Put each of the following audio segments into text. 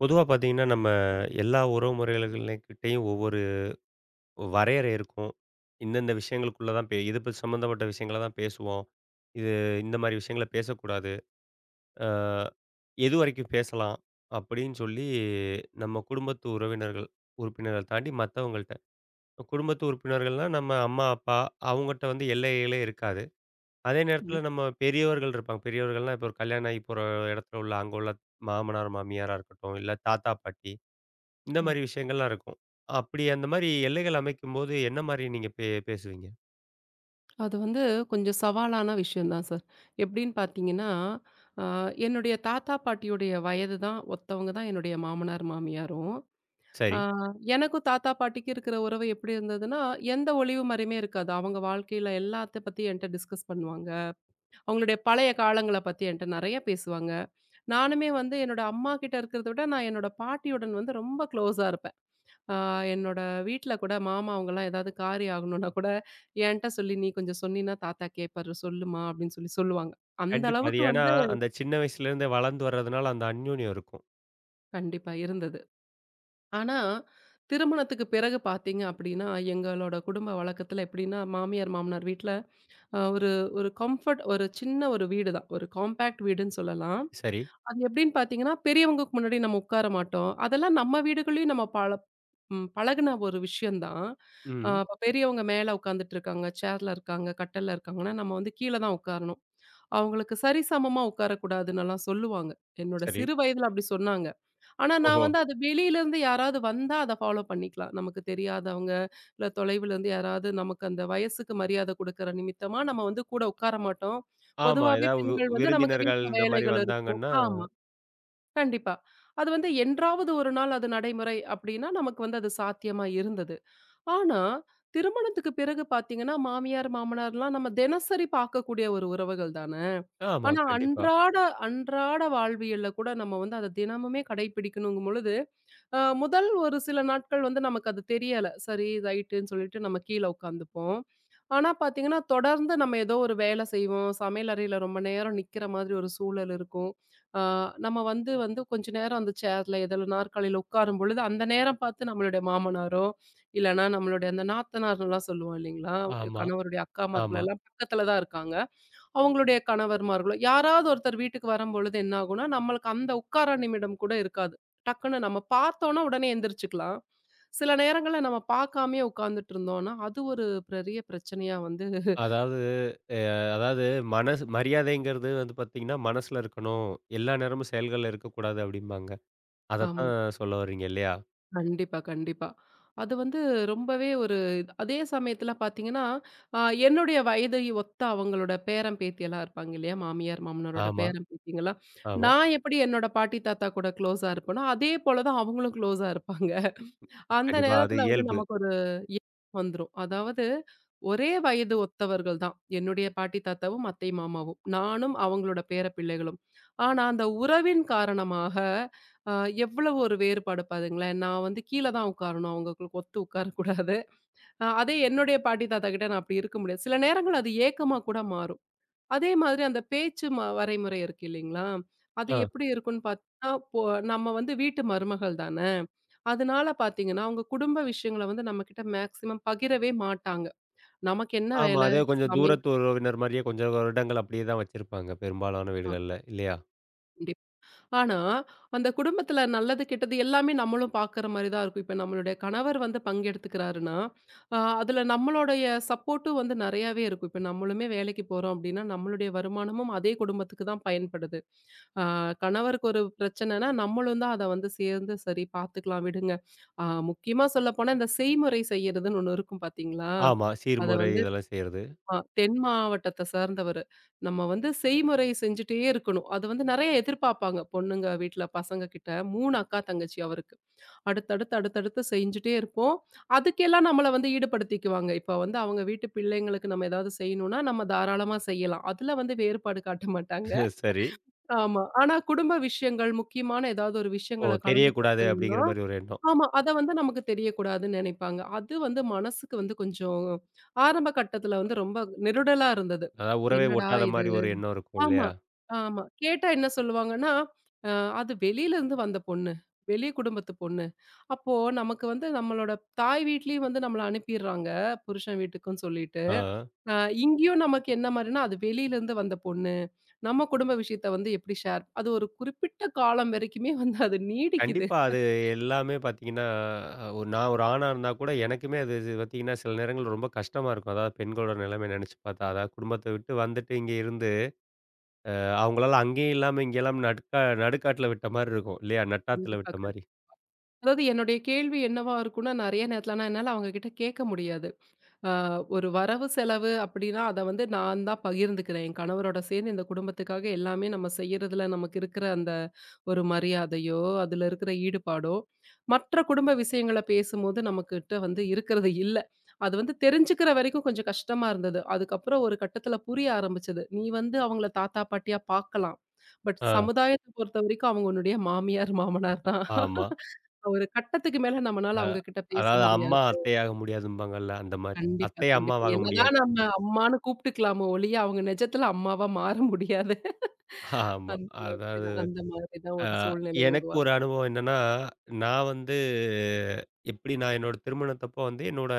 பொதுவா பார்த்தீங்கன்னா, நம்ம எல்லா உறவுமுறைகளுக்கிட்டயும் ஒவ்வொரு வரையறை இருக்கும். இந்தந்த விஷயங்களுக்குள்ள தான் இது சம்மந்தப்பட்ட விஷயங்கள தான் பேசுவோம். இது இந்த மாரி விஷயங்கள பேசக்கூடாது. அ எதுவரைக்கும் பேசலாம் அப்படின்னு சொல்லி நம்ம குடும்பத்து உறவினர்கள் உறுப்பினர்கள் தாண்டி மத்தவங்கள்ட்ட குடும்பத்து உறுப்பினர்கள்னா நம்ம அம்மா, அப்பா அவங்கட்ட வந்து எல்லைகளே இருக்காது. அதே நேரத்தில ம். நம்ம பெரியவர்கள் இருப்பாங்க. பெரியவர்கள்னா இப்போ ஒரு கல்யாணம் ஆகி போற இடத்துல உள்ள அங்க உள்ள மாமனார், மாமியாரா இருக்கட்டும், இல்ல தாத்தா, பாட்டி இந்த அ மாரி விஷயங்கள்லாம் இருக்கும். அப்படி அந்த மாரி எல்லைகள் அமைக்கும்போது, என்ன மாரி நீங்க பேசுவீங்க? அது வந்து கொஞ்சம் சவாலான விஷயம் தான் சார். எப்படின்னு பார்த்தீங்கன்னா, அ என்னுடைய தாத்தா, பாட்டியுடைய வயது தான் ஒத்தவங்க தான் என்னுடைய மாமனார், மாமியாரும். அ சரி. எனக்கும் தாத்தா, பாட்டிக்கு இருக்கிற உறவு எப்படி இருந்ததுன்னா, எந்த ஒளிவு மறையுமே இருக்காது. அவங்க வாழ்க்கையில எல்லாத்த பத்தி என்ட்ட டிஸ்கஸ் பண்ணுவாங்க. அவங்களுடைய பழைய காலங்கள பத்தி என்ட்ட நெறைய பேசுவாங்க. நானுமே வந்து என்னோட அம்மாகிட்ட இருக்கிறத விட, நான் என்னோட பாட்டியுடன் வந்து ரொம்ப க்ளோஸா இருப்பேன். ஆ, என்னோட வீட்ல கூட மாமா அவங்கலாம் ஏதாவது காரியம் ஆகணும்னா கூட, என்ட்ட சொல்லி "நீ கொஞ்சம் சொன்னீன்னா தாத்தா கேட்பாரு சொல்லுமா" அப்படின்னு சொல்லி சொல்லுவாங்க. அந்த கண்டிப்பா. அது அளவுக்கு ஏன்னா, வந்து அந்த சின்ன வயசுலேருந்தே வளர்ந்து வர்றதுனால அந்த அந்யோன்யம் இருக்கும். கண்டிப்பா இருந்தது. ஆனா, திருமணத்துக்கு பிறகு பார்த்தீங்க அப்படின்னா, எங்களோட குடும்ப வழக்கத்துல எப்படின்னா, மாமியார், மாமனார் வீட்ல ஒரு ஒரு கம்ஃபர்ட் ஒரு சின்ன ஒரு வீடு தான். ஒரு காம்பேக்ட் வீடுன்னு சொல்லலாம். சரி. அது எப்படின்னு பார்த்தீங்கன்னா, பெரியவங்களுக்கு முன்னாடி நம்ம உட்கார மாட்டோம். அதெல்லாம் நம்ம வீடுகள்லயும் நம்ம பழ ம் பழகுன ஒரு விஷயம் தான். ம். இப்ப பெரியவங்க மேல உட்காந்துட்டு இருக்காங்க, சேர்ல இருக்காங்க, கட்டில்ல இருக்காங்கன்னா, நம்ம வந்து கீழ தான் உட்காரணும். அவங்களுக்கு சரிசமமா உட்காரக்கூடாதுன்னெல்லாம் சொல்லுவாங்க. என்னோட சரி. சிறு வயதில அப்படி சொன்னாங்க. ஆனா நான் ஓஹோ! வந்து அது வெளியிலேருந்து யாராவது வந்தா அத ஃபாலோ பண்ணிக்கலாம். நமக்கு தெரியாதவங்க, இல்ல தொலைவிலேருந்து யாராவது நமக்கு அந்த வயசுக்கு மரியாதை குடுக்குற நிமித்தமா நம்ம வந்து கூட உட்கார மாட்டோம். ஆமா. பொதுவாவே ஏதாவது பெண்கள் வந்து நமக்கு விருந்தினர்கள் வீட்ல இந்த மாரி வேலைகள் இருக்கும். வந்தாங்கன்னா ஆமா. கண்டிப்பா. அது வந்து என்றாவது ஒரு நாள் அது நடைமுறை அப்டின்னா, நமக்கு வந்து அது சாத்தியமா இருந்தது. ஆனா, திருமணத்துக்கு பிறகு பார்த்தீங்கன்னா, மாமியார், மாமனார்லாம் நம்ம தினசரி பார்க்கக்கூடிய ஒரு உறவுகள் தான. ஆமா. ஆனா, கண்டிப்பா. அன்றாட அன்றாட வாழ்வியல்ல கூட நம்ம வந்து அத தினமுமே கடைபிடிக்கணுங்கும் பொழுது, முதல் ஒரு சில நாட்கள் வந்து நமக்கு அது தெரியல. சரி ரைட்டுன்னு சொல்லிட்டு நம்ம கீழ உட்காந்துப்போம். ஆனா பார்த்தீங்கன்னா, தொடர்ந்து நம்ம ஏதோ ஒரு வேலை செய்வோம். சமையல் அறையில ரொம்ப நேரம் நிக்கிற மாதிரி ஒரு சூழல் இருக்கும். அ நம்ம வந்து வந்து கொஞ்ச நேரம் அந்த சேர்ல எதில நாற்காலியில உட்காரும் பொழுது, அந்த நேரம் பார்த்து நம்மளுடைய மாமனாரோ, இல்லன்னா நம்மளுடைய அந்த நாத்தனார்லாம் சொல்லுவோம் இல்லைங்களா? ஆமா, கணவருடைய ஆமா. அக்காமார்களெல்லாம் பக்கத்தில தான் இருக்காங்க. அவங்களுடைய கணவர்மார்களோ, யாராவது ஒருத்தர் வீட்டுக்கு வரும்பொழுது என்ன ஆகும்னா, நம்மளுக்கு அந்த உட்கார நிமிடம் கூட இருக்காது. டக்குன்னு நம்ம பார்த்தோம்னா உடனே எந்திரிச்சுக்கலாம். சில நேரங்கள்ல நம்ம பார்க்காமயே உட்கார்ந்துட்டு இருந்தோம்னா, அது ஒரு பெரிய பிரச்சனையா வந்து அதாவது அதாவது மனசு மரியாதைங்கிறது வந்து பார்த்தீங்கன்னா, மனசுல இருக்கணும். எல்லா நேரமும் செயல்கள்ல இருக்கக்கூடாது அப்படிம்பாங்க. ஆமா. அதத்தான் சொல்ல வர்றீங்க இல்லையா? கண்டிப்பா, கண்டிப்பா. அது வந்து ரொம்பவே ஒரு அதே சமயத்துல பார்த்தீங்கன்னா, அ என்னுடைய வயதை ஒத்த அவங்களோட பேரன், பேத்தியெல்லாம் இருப்பாங்க இல்லையா? மாமியார், மாமனாரோட ஆமா, பேரன், பேத்திங்கலாம். ஆமா. நான் எப்படி என்னோட பாட்டி, தாத்தா கூட க்ளோஸா இருப்பேனோ, அதே போல தான் அவங்களும் க்ளோஸா இருப்பாங்க. அந்த கண்டிப்பா. அது நேரத்துல வந்து இயல்பு. நமக்கு ஒரு ஏக்கம் வந்துரும். அதாவது ஒரே வயது ஒத்தவர்கள் தான். என்னுடைய பாட்டி, தாத்தாவும், அத்தை, மாமாவும். நானும் அவங்களோட பேர பிள்ளைகளும். ஆனா அந்த உறவின் காரணமாக ஆ எவ்வளவு ஒரு வேறுபாடு பாருங்களேன். நான் வந்து கீழ தான் உட்காரணும். அவங்களுக்கு ஒத்து உட்காரக்கூடாது. அதே என்னுடைய பாட்டி தாத்தா கிட்ட நான் அப்படி இருக்க முடியாது. சில நேரங்கள் அது ஏக்கமா கூட மாறும். அதே மாதிரி அந்த பேச்சு ம வரைமுறை இருக்கு இல்லைங்களா? அது ஆ. எப்படி இருக்கும்ன்னு பார்த்தா, இப்போ நம்ம வந்து வீட்டு மருமகள் தான. அதனால பார்த்தீங்கன்னா, அவங்க குடும்ப விஷயங்கள வந்து நம்மகிட்ட மேக்ஸிமம் பகிரவே மாட்டாங்க. நமக்கு என்ன ஆமா. வேலை? அதே கொஞ்சம் சமையல். தூரத்து உறவினர் மாரியே கொஞ்சம் வருடங்கள் அப்படியே தான் வச்சிருப்பாங்க, பெரும்பாலான வீடுகள்ல இல்லையா? ஆ. ஆனா, அந்த குடும்பத்துல நல்லது, கெட்டது எல்லாமே நம்மளும் பாக்குற மாரி தான் இருக்கும். இப்ப நம்மளுடைய கணவர் வந்து பங்கெடுத்துக்கிறாருன்னா, அதுல நம்மளுடைய சப்போர்ட்டும் வந்து நெறையாவே இருக்கும். இப்ப நம்மளுமே வேலைக்கு போறோம் அப்டின்னா, நம்மளுடைய வருமானமும் அதே குடும்பத்துக்கு தான் பயன்படுது. அ கணவருக்கு ஒரு பிரச்சனைன்னா, நம்மளும் தான் அத வந்து சேர்ந்து சரி பாத்துக்கலாம் விடுங்க. அ முக்கியமா சொல்லப்போனா, இந்த செய்முறை செய்யறதுன்னு ஒண்ணு இருக்கும் பாத்தீங்களா? ஆமா. அத சீர்முறை வந்து இதெல்லாம் செய்றது. ஆமா. தென் மாவட்டத்த சார்ந்தவரு. நம்ம வந்து செய்முறை செஞ்சுட்டே இருக்கணும். அது வந்து நெறைய எதிர்பார்ப்பாங்க. பொண்ணுங்க வீட்ல பசங்க கிட்ட 3 அக்கா, தங்கச்சி அவருக்கு. அடுத்தடுத்து, அடுத்தடுத்து செஞ்சுட்டே இருப்போம். அதுக்கெல்லாம் நம்மள வந்து ஈடுபடுத்திக்குவாங்க. இப்ப வந்து அவங்க வீட்டு பிள்ளைங்களுக்கு நம்ம ஏதாவது செய்யணும்னா, நம்ம தாராளமா செய்யலாம். அதுல வந்து வேறுபாடு காட்ட மாட்டாங்க. சரி. ஆமா. ஆனா குடும்ப விஷயங்கள், முக்கியமான ஏதாவது ஒரு ஓ! விஷயங்கள கலந்து தெரியக்கூடாது பேசணும்னா அப்படிங்கிற மாரி ஒரு எண்ணம். ஆமா. அத வந்து நமக்கு தெரியக்கூடாதுன்னு நெனைப்பாங்க. அது வந்து மனசுக்கு வந்து கொஞ்சம் ஆரம்ப கட்டத்துல வந்து ரொம்ப நெருடலா இருந்தது. அதாவது உறவே என்னடா ஒட்டாத இது? மாரி ஒரு எண்ணம் இருக்கும் ஆமா, இல்லையா? ஆமா. கேட்டா என்ன சொல்லுவாங்கன்னா, அ அது வெளியிலருந்து வந்த பொண்ணு. வெளி குடும்பத்து பொண்ணு. அப்போ நமக்கு வந்து நம்மளோட தாய் வீட்லயும் வந்து நம்மள அனுப்பிர்றாங்க, புருஷன் வீட்டுக்குன்னு சொல்லிட்டு. ஆ. அ இங்கேயும் நமக்கு என்ன மாரின்னா, அது வெளியிலருந்து வந்த பொண்ணு. நம்ம குடும்ப விஷயத்த வந்து எப்படி ஷேர் அது ஒரு குறிப்பிட்ட காலம் வரைக்குமே வந்து அது நீடிக்குது. கண்டிப்பா. அது எல்லாமே பார்த்தீங்கன்னா, நான் ஒரு ஆணா இருந்தா கூட எனக்குமே அது இது பார்த்தீங்கன்னா, சில நேரங்கள்ல ரொம்ப கஷ்டமா இருக்கும். அதாவது பெண்களோட நிலைமைய நெனச்சு பார்த்தா, அதாவது குடும்பத்த விட்டு வந்துட்டு இங்க இருந்து, அவங்களால அங்கேயும் இல்லாம, இங்க இல்லாம நடுக்கா நடுக்காட்டுல விட்ட மாரி இருக்கும் இல்லையா? நட்டாத்துல கண்டிப்பா. விட்ட மாரி. அதாவது என்னுடைய கேள்வி என்னவா இருக்கும்னா, நெறைய நேரத்துல ஆனா என்னால அவங்க கிட்ட கேட்க முடியாது. அ ஒரு வரவு செலவு அப்படின்னா, அத வந்து நான் தான் பகிர்ந்துக்கிறேன். என் கணவரோட சேர்ந்து இந்த குடும்பத்துக்காக எல்லாமே நம்ம செய்யறதுல நமக்கு இருக்கிற அந்த ஒரு மரியாதையோ, அதுல இருக்கிற ஈடுபாடோ, மற்ற குடும்ப விஷயங்கள பேசும்போது நம்மகிட்ட வந்து இருக்கிறது இல்ல. அது வந்து தெரிஞ்சுக்கிற வரைக்கும் கொஞ்சம் கஷ்டமா இருந்தது. அதுக்கப்புறம் ஒரு கட்டத்தில புரிய ஆரம்பிச்சது. நீ வந்து அவங்கள தாத்தா, பாட்டியா பார்க்கலாம். பட் ஆ. சமுதாயத்த பொறுத்தவரைக்கும் அவங்க உன்னுடைய மாமியார், மாமனார் தான். ஆமா. ஒரு கட்டத்துக்கு மேல நம்மனால அ அவங்க கிட்ட பேச அதாவது அம்மா முடியாது. அத்தையாக முடியாதும்பாங்கல்ல, அந்த மாரி. கண்டிப்பா, அத்தை கண்டிப்பா. அம்மாவாக முடியாது. என்னதான் நம்ம அம்மான்னு கூப்பிட்டுக்கலாமோ ஒழிய, அவங்க நிஜத்துல அம்மாவா மாற முடியாது. ஆமா. அந்த மாதிரி அதாவது தான் அந்த மாதிரி தான் அ ஒரு சூழ்நிலை எனக்கு உருவா ஒரு அனுபவம் என்னன்னா, நான் வந்து எப்படி நான் என்னோட திருமணத்தப்போ வந்து என்னோட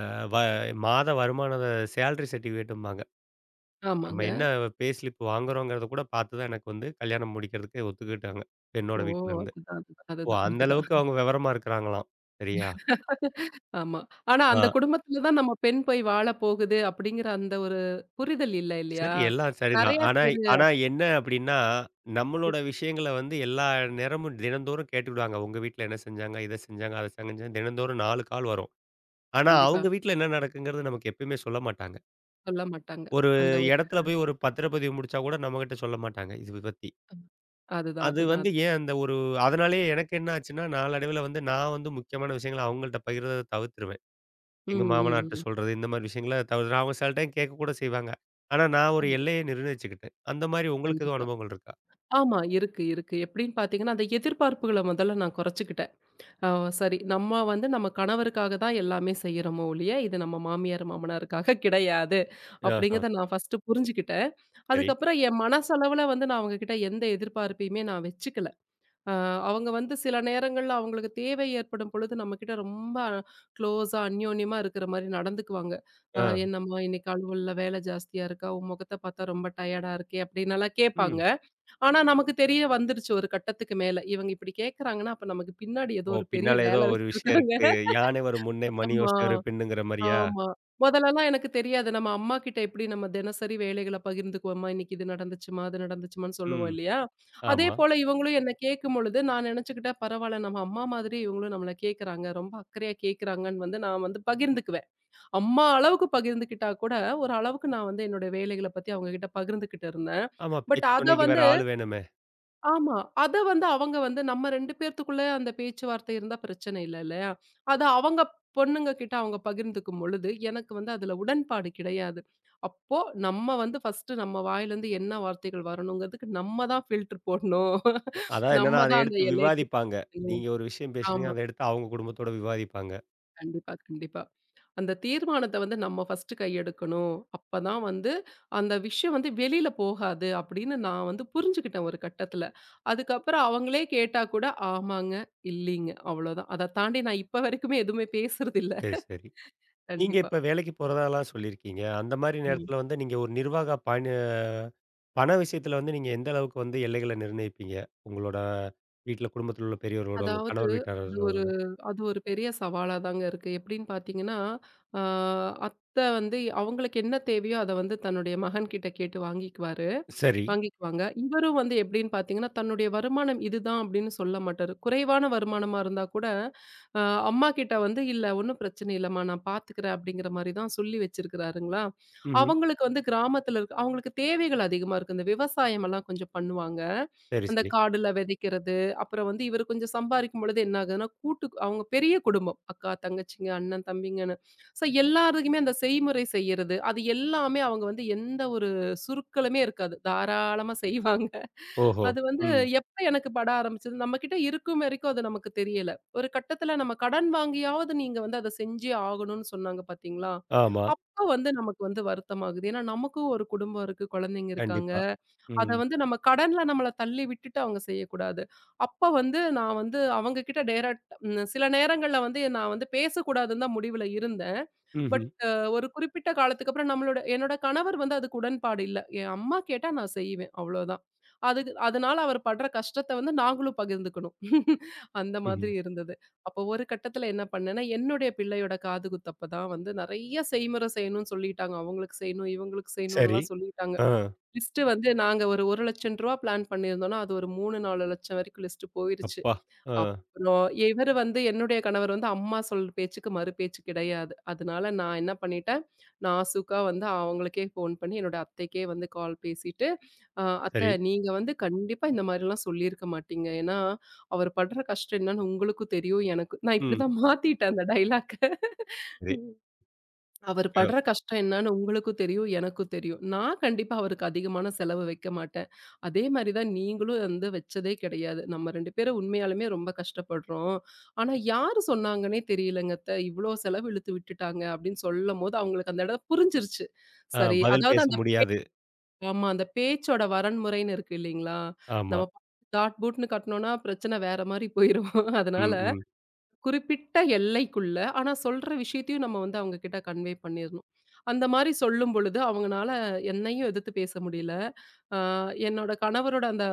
அ வ மாத வருமான சேலரி சர்டிஃபிகேட்டும்பாங்க. நம்ம ஆமாங்க. என்ன ஸ்லிப் வாங்குறோங்கிறத கூட பார்த்து தான் எனக்கு வந்து கல்யாணம் முடிக்கிறதுக்கு ஒத்துக்கிட்டாங்க. பெண்ணோட ஓ! வீட்ல இருந்து. அதுதான், அதுதான், ஓ! அதுதான், அந்த அதுதான். அளவுக்கு அவங்க விவரமா இருக்கிறாங்களாம். சரியா? ஆமா. ஆனா அந்த ஆ. குடும்பத்துல தான் நம்ம பெண் போய் வாழ போகுது அப்படிங்கிற அந்த ஒரு புரிதல் இல்ல இல்லையா? சரி. எல்லாம் சரிதான். நெறைய ஆனா பேரு ஆனா என்ன அப்டின்னா, நம்மளோட விஷயங்கள வந்து எல்லா நேரமும் தினந்தோறும் கேட்டுக்கிடுவாங்க. உங்க வீட்ல என்ன செஞ்சாங்க? இத செஞ்சாங்க, அத செஞ்சாங்க தினந்தோறும் 4 கால் வரும். ஆனா கண்டிப்பா அவங்க வீட்ல என்ன நடக்குங்கிறது நமக்கு எப்பயுமே சொல்ல மாட்டாங்க. சொல்ல மாட்டாங்க. ஒரு அந்த ஒரு இடத்துல போய் ஒரு பத்திரப்பதிவு முடிச்சா கூட நம்மகிட்ட சொல்ல மாட்டாங்க. இது பத்தி. அதுதான், அது அதுதான். வந்து அது. ஏன் அந்த ஒரு அதனாலேயே எனக்கு என்ன ஆச்சுன்னா, நாளடைவுல வந்து நான் வந்து முக்கியமான விஷயங்கள அவங்கள்ட்ட பகிர்றத தவிர்த்துருவேன். எங்க ம், ம், மாமனார்ட்ட ம். சொல்றது, இந்த மாரி விஷயங்கள தவிர அவங்க சில டைம் கேட்க கூட செய்வாங்க. ஆனா நான் ஒரு கண்டிப்பா, எல்லைய நிர்ணயிச்சுக்கிட்டேன். அந்த மாரி உங்களுக்கு எதுவும் கண்டிப்பா. அனுபவங்கள் இருக்கா? ஆமா. இருக்கு, இருக்கு. எப்படின்னு பார்த்தீங்கன்னா, அந்த எதிர்பார்ப்புகள முதல்ல நான் குறைச்சுக்கிட்டேன். ஆ சரி. நம்ம வந்து நம்ம கணவருக்காக தான் எல்லாமே செய்றோமே ஒழிய, இது நம்ம மாமியார், மாமனாருக்காக கிடையாது. ஆஹா, அப்படிங்கிறத நான் ஃபர்ஸ்ட்டு புரிஞ்சுக்கிட்டேன். சரி. அதுக்கப்புறம் என் மனசளவுல வந்து நான் அவங்க கிட்ட எந்த எதிர்பார்ப்பையுமே நான் வச்சுக்கல. அ அவங்க வந்து சில நேரங்கள்ல அவங்களுக்கு தேவை ஏற்படும் பொழுது நம்மகிட்ட ரொம்ப க்ளோஸா, அந்யோன்யமா இருக்கிற மாரி நடந்துக்குவாங்க. ஆ. "என்னம்மா இன்னைக்கு அலுவல்ல வேலை ஜாஸ்தியா இருக்கா? உன் முகத்த பார்த்தா ரொம்ப டயர்டா இருக்கே" அப்படின்னலாம் ம். கேட்பாங்க. ஆனா, நமக்கு தெரிய வந்துருச்சு ஒரு கட்டத்துக்கு மேல. இவங்க இப்டி கேட்கறாங்கன்னா, அப்ப நமக்கு பின்னாடி ஏதோ ஓ! ஒரு பெரிய பின்னால ஏதோ வேல ஒரு விஷயம் வச்சிருக்காங்க. இருக்கு. யானை வரும் முன்னே மணி ஆமா, ஓசை வரும் பின்னுங்கிற மாரியா? ஆமா. மொதலலாம் எனக்கு தெரியாது. நம்ம அம்மா கிட்ட எப்டி நம்ம தினசரி வேலைகள பகிர்ந்துக்குவோமா, இன்னைக்கு இது நடந்துச்சுமா, அது நடந்துச்சுமான்னு ம். சொல்லுவோம் இல்லையா? அதே ஆமா. போல இவங்களும் என்ன கேட்கும்பொழுது, நான் நெனச்சுக்கிட்டேன் பரவால்ல நம்ம அம்மா மாதிரி இவங்களும் நம்மள கேட்கறாங்க. ரொம்ப அக்கறையா கேட்கறாங்கன்னு வந்து நான் வந்து பகிர்ந்துக்குவேன். அம்மா அளவுக்கு பகிர்ந்துக்கிட்டா கூட, ஒரு அளவுக்கு நான் வந்து என்னோட வேலைகள பத்தி அவங்க கிட்ட பகிர்ந்துகிட்டு இருந்தேன். ஆமா. பட் பேச்சு அத துணைக்கு வேற வந்து ஆள் வேணுமே. ஆமா. அத வந்து அவங்க வந்து நம்ம 2 பேத்துக்குள்ள அந்த பேச்சுவார்த்தை இருந்தா பிரச்சனை இல்ல இல்லையா? அத அவங்க பொண்ணுங்க கிட்ட அவங்க பகிர்ந்துக்கும் பொழுது, எனக்கு வந்து அதுல உடன்பாடு கிடையாது. அப்போ நம்ம வந்து ஃபர்ஸ்ட்டு நம்ம வாயிலருந்து என்ன வார்த்தைகள் வரணுங்கிறதுக்கு நம்ம தான் ஃபில்டர் போடணும். அதான் நம்ம என்னன்னா, அத தான் அந்த எடுத்து எல்லைய விவாதிப்பாங்க. நீங்க ஒரு விஷயம் பேசுறீங்க, ஆமா. அத எடுத்து அவங்க குடும்பத்தோட விவாதிப்பாங்க. கண்டிப்பா, கண்டிப்பா. அந்த தீர்மானத்த வந்து நம்ம ஃபர்ஸ்ட் கையெடுக்கணும். அப்பதான் வந்து அந்த விஷயம் வந்து வெளியில போகாது அப்படின்னு நான் வந்து புரிஞ்சுக்கிட்டேன் ஒரு கட்டத்துல. அதுக்கப்புறம் அவங்களே கேட்டா கூட ஆமாங்க, இல்லீங்க அவ்வளோதான். அத தாண்டி நான் இப்ப வரைக்குமே எதுவுமே பேசுறதில்ல. சரி, சரி. நீங்க கண்டிப்பா. இப்ப வேலைக்கு போறதாலாம் சொல்லியிருக்கீங்க. அந்த மாரி ஆமா. நேரத்துல வந்து நீங்க ஒரு நிர்வாக பணி பண விஷயத்துல வந்து நீங்க எந்த அளவுக்கு வந்து எல்லைகள நிர்ணயிப்பீங்க? உங்களோட வீட்ல குடும்பத்துல உள்ள பெரியவர்களோட, உங்க அதாவது கணவர் அது ஒரு வீட்டாரோட. அது ஒரு பெரிய சவாலா தாங்க இருக்கு. எப்படின்னு பார்த்தீங்கன்னா, ஆ அத்த வந்து அவங்களுக்கு என்ன தேவையோ அத வந்து தன்னுடைய மகன்கிட்ட கேட்டு வாங்கிக்குவாரு. சரி. வாங்கிக்குவாங்க. இவரும் வந்து எப்படின்னு பார்த்தீங்கன்னா, தன்னுடைய வருமானம் இதுதான் அப்படின்னு சொல்ல மாட்டாரு. குறைவான வருமானமா இருந்தா கூட, அ அம்மாகிட்ட வந்து "இல்ல ஒண்ணும் பிரச்சனை இல்லம்மா, நான் பார்த்துக்கிறேன்" அப்படிங்கிற மாரி தான் சொல்லி வச்சிருக்கிறாருங்களா. ம்ஹ்ம். அவங்களுக்கு வந்து கிராமத்துல இருக்க அவங்களுக்கு தேவைகள் அதிகமா இருக்கு. இந்த விவசாயமெல்லாம் கொஞ்சம் பண்ணுவாங்க. சரி, அந்த சரி. காடுல விதைக்கிறது, அப்புறம் வந்து இவரு கொஞ்சம் சம்பாரிக்கும் பொழுது என்ன ஆகுதுன்னா, கூட்டு அவங்க பெரிய குடும்பம். அக்கா, தங்கச்சிங்க, அண்ணன், தம்பிங்கன்னு. ஸோ எல்லாருக்குமே அந்த செய்முறை செய்யறது, அது எல்லாமே அவங்க வந்து எந்த ஒரு சுருக்கலுமே இருக்காது. தாராளமா செய்வாங்க. ஓஹோ! அது வந்து ம். எப்ப எனக்கு பட ஆரம்பிச்சது, நம்ம கிட்ட இருக்கும் வரைக்கும் அது நமக்கு தெரியல. ஒரு கட்டத்துல நம்ம கடன் வாங்கியாவது நீங்க வந்து அத செஞ்சே ஆகணும்னு சொன்னாங்க பார்த்தீங்களா? ஆமா. அப்ப வந்து நமக்கு வந்து வருத்தமாகுது. ஏன்னா நமக்கும் ஒரு குடும்பம் இருக்கு, குழந்தைங்க இருக்காங்க. கண்டிப்பா. அத ம். வந்து நம்ம கடன்ல நம்மள தள்ளி விட்டுட்டு அவங்க செய்யக்கூடாது. அப்ப வந்து நான் வந்து அவங்க கிட்ட டைரக்ட் சில நேரங்கள்ல வந்து நான் வந்து பேசக்கூடாதுன்னு தான் முடிவுல இருந்தேன். ம்ஹ்ம். பட் ஒரு குறிப்பிட்ட காலத்துக்கு அப்புறம் நம்மளோட என்னோட கணவர் வந்து அதுக்கு உடன்பாடு இல்ல. என் அம்மா கேட்டா நான் செய்வேன். அவ்வளோதான். அதுக்கு அதனால அவர் படுற கஷ்டத்த வந்து நாங்களும் பகிர்ந்துக்கணும். அந்த ம்ஹ்ம். மாதிரி இருந்தது. அப்போ ஒரு கட்டத்தில என்ன பண்ணேன்னா, என்னுடைய பிள்ளையோட காது குத்தப்ப தான் வந்து நெறைய செய்முறை செய்யணும்னு சொல்லிட்டாங்க. அவங்களுக்கு செய்யணும், இவங்களுக்கு சரி. செய்யணும்லாம் சொல்லிட்டாங்க. ஆ. லிஸ்ட் வந்து நாங்க ஒரு ரூ. 1,00,000 பிளான் பண்ணியிருந்தோம்னா, அது ஒரு 3, 4 லட்சம் வரைக்கும் லிஸ்ட் போயிருச்சு. அப்பா! ஆ. அப்புறம் இவரு வந்து என்னுடைய கணவர் வந்து அம்மா சொல் பேச்சுக்கு மறு பேச்சு கிடையாது. அதனால நான் என்ன பண்ணிட்டேன், நாசூக்கா வந்து அவங்களுக்கே ஃபோன் பண்ணி என்னோட அத்தைக்கே வந்து கால் பேசிட்டு, அ "அத்தை சரி. நீங்க வந்து கண்டிப்பா இந்த மாரிலாம் சொல்லியிருக்க மாட்டீங்க. ஏன்னா, அவர் படுற கஷ்டம் என்னன்னு உங்களுக்கும் தெரியும், எனக்கும்" நான் ம். இப்படிதான் மாத்திட்டேன் அந்த டயலாக்க. சரி. அவரு அ படுற கஷ்டம் என்னன்னு உங்களுக்கும் தெரியும், எனக்கும் தெரியும். நான் கண்டிப்பா அவருக்கு அதிகமான செலவு வைக்க மாட்டேன். அதே மாரி தான் நீங்களும் வந்து வச்சதே கிடையாது. நம்ம 2 பேரும் உண்மையாலுமே ரொம்ப கஷ்டப்படுறோம். ஆனா, யாரு சொன்னாங்கன்னே தெரியலங்க அத்த. இவ்ளோ செலவு இழுத்து விட்டுட்டாங்க அப்டின்னு சொல்லும்போது, அவங்களுக்கு அந்த இடம் புரிஞ்சிருச்சு. ஆ சரி, பதில் அதாவது பேச அந்த முடியாது. ஆமா அந்த பேச்சோட வரன்முறைன்னு இருக்கு இல்லைங்களா? ஆமா. நம்ம டாட் பூட்ன்னு கட்னோம்னா பிரச்சனை வேற மாரி போயிரும். அதனால ம், ம். குறிப்பிட்ட எல்லைக்குள்ள. ஆனா சொல்ற விஷயத்தையும் நம்ம வந்து அவங்க கிட்ட கன்வே பண்ணிறணும். அந்த மாரி சொல்லும் பொழுது அவங்கனால என்னையும் எதிர்த்து பேச முடியல. அ என்னோட கணவரோட அந்த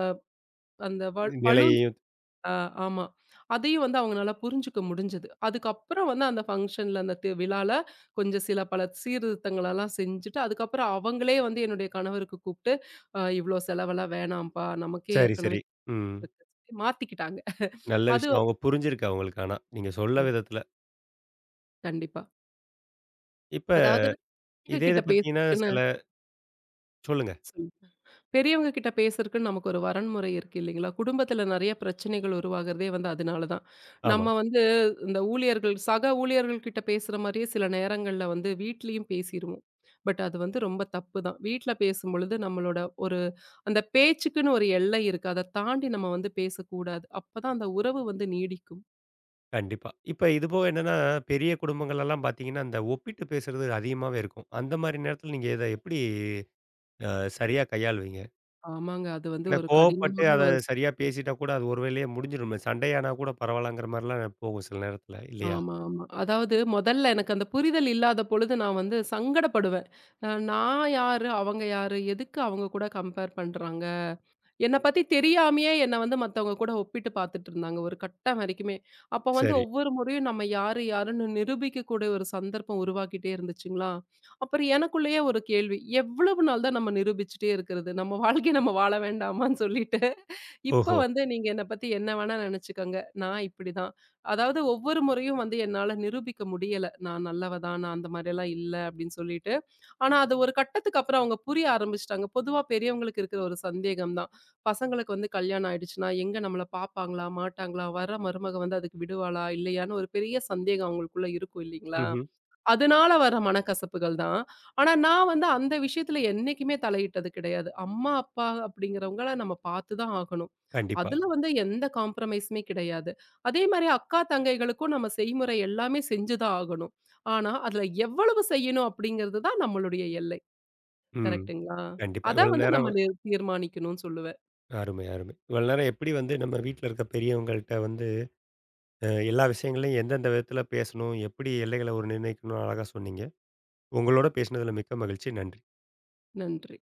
அந்த வல் பளுன்னு நிலையையும் அ ஆமா. அதையும் வந்து அவங்கனால புரிஞ்சுக்க முடிஞ்சது. அதுக்கப்புறம் வந்து அந்த ஃபங்ஷன்ல அந்த தி விழால கொஞ்சம் சில பல சீர்திருத்தங்களெல்லாம் செஞ்சுட்டு, அதுக்கப்புறம் அவங்களே வந்து என்னுடைய கணவருக்கு கூப்ட்டு, "இவ்ளோ செலவெல்லாம் வேணாம்ப்பா. நமக்கே சரி, ஏற்கனவே" சரி. ம். இருக்கு. மாத்திக்கிட்டாங்க. நல்ல அது விஷயம். வந்து- அவங்க புரிஞ்சிருக்கு அவங்களுக்கு ஆனா, நீங்க சொல்ல விதத்துல. கண்டிப்பா. இப்ப அதாவது இதே இது கிட்ட பேச பார்த்தீங்கன்னா சில சொல்லுங்க. சொல்லுங்க. பெரியவங்க கிட்ட பேசுறதுக்குன்னு நமக்கு ஒரு வரன்முறை இருக்கு இல்லைங்களா? குடும்பத்துல நெறைய பிரச்சனைகள் உருவாகுறதே வந்து அதனால தான். ஆமா, நம்ம வந்து இந்த ஊழியர்கள் சக ஊழியர்கள் கிட்ட பேசுற மாரியே சில நேரங்கள்ல வந்து வீட்லயும் பேசிருவோம். பட் அது வந்து ரொம்ப தப்பு தான். வீட்ல பேசும்பொழுது நம்மளோட ஒரு அந்த பேச்சுக்குன்னு ஒரு எல்லை இருக்கு. அத தாண்டி நம்ம வந்து பேசக்கூடாது. அப்பதான் அந்த உறவு வந்து நீடிக்கும். கண்டிப்பா. இப்ப இது போக என்னன்னா, பெரிய குடும்பங்கள்லலாம் பார்த்தீங்கன்னா, அந்த ஒப்பிட்டு பேசுறது அதிகமாவே இருக்கும். அந்த மாரி நேரத்துல நீங்க இத எப்படி அ சரியா கையாளுவீங்க? ஆமாங்க. அது வந்து ஏன்னா ஒரு கோவப்பட்டு கடினமான அத ஒரு சரியா பேசிட்டா கூட அது ஒரு வேளையே முடிஞ்சிருமே. சண்டையானா கூட பரவாயில்லங்கிற மாரிலாம் போகும் சில நேரத்துல இல்லையா? ஆமா, ஆமா. அதாவது முதல்ல எனக்கு அந்த புரிதல் இல்லாத பொழுது நான் வந்து சங்கடப்படுவேன். நான் யாரு? அவங்க யாரு? எதுக்கு அவங்க கூட கம்பேர் பண்றாங்க? என்ன பத்தி தெரியாமயே என்ன வந்து மத்தவங்க கூட ஒப்பிட்டு பார்த்துட்டு இருந்தாங்க ஒரு கட்டம் வரைக்குமே. அப்ப வந்து சரி. ஒவ்வொரு முறையும் நம்ம யாரு யாருன்னு நிரூபிக்கக்கூடிய ஒரு சந்தர்ப்பம் உருவாக்கிட்டே இருந்துச்சுங்களா, அப்புறம் எனக்குள்ளேயே ஒரு கேள்வி. எவ்வளவு நாள் தான் நம்ம நிரூபிச்சுட்டே இருக்கிறது? நம்ம வாழ்க்கைய நம்ம வாழ வேண்டாமான்னு சொல்லிட்டு, இப்ப ஓஹோ! வந்து நீங்க என்ன பத்தி என்ன வேணா நெனச்சுக்கங்க. நான் இப்படிதான். அதாவது ஒவ்வொரு முறையும் வந்து என்னால நிரூபிக்க முடியல. நான் நல்லவ தான், நான் அந்த மாரியெல்லாம் இல்ல அப்படின்னு சொல்லிட்டு. ஆனா அது ஒரு கட்டத்துக்கு அப்புறம் அவங்க புரிய ஆரம்பிச்சுட்டாங்க. பொதுவா பெரியவங்களுக்கு இருக்கிற ஒரு சந்தேகம் தான். பசங்களுக்கு வந்து கல்யாணம் ஆயிடுச்சுன்னா, எங்க நம்மள பார்ப்பாங்களா? மாட்டாங்களா? வர மருமக வந்து அதுக்கு விடுவாளா? இல்லையான்னு ஒரு பெரிய சந்தேகம் அவங்களுக்குள்ள இருக்கும் இல்லைங்களா? ம்ஹ்ம். அதனால வர மனக்கசப்புகள் தான். ஆனா நான் வந்து அந்த விஷயத்துல என்னைக்குமே தலையிட்டது கிடையாது. அம்மா, அப்பா அப்படிங்கிறவங்கள நம்ம பார்த்து தான் ஆகணும். கண்டிப்பா. அதுல வந்து எந்த காம்ப்ரமைஸுமே கிடையாது. அதே மாரி அக்கா, தங்கைகளுக்கும் நம்ம செய்முறை எல்லாமே செஞ்சு தான் ஆகணும். ஆனா, அதுல எவ்வளவு செய்யணும் அப்படிங்கிறது தான் நம்மளுடைய எல்லை. ம். கரெக்ட்டுங்களா? கண்டிப்பா. அதான் இவ்வளோ வந்து நம்ம நேரம் தீர்மானிக்கணும்னு சொல்லுவேன். அருமை, அருமை. இவ்வளோ நேரம் எப்படி வந்து நம்ம வீட்ல இருக்க பெரியவங்கள்ட்ட வந்து எல்லா விஷயங்களையும் எந்தெந்த விதத்தில் பேசணும் எப்படி எல்லைகளை ஒரு நிர்ணயிக்கணும் அழகாக சொன்னீங்க. உங்களோட பேசினதில் மிக்க மகிழ்ச்சி. நன்றி. நன்றி.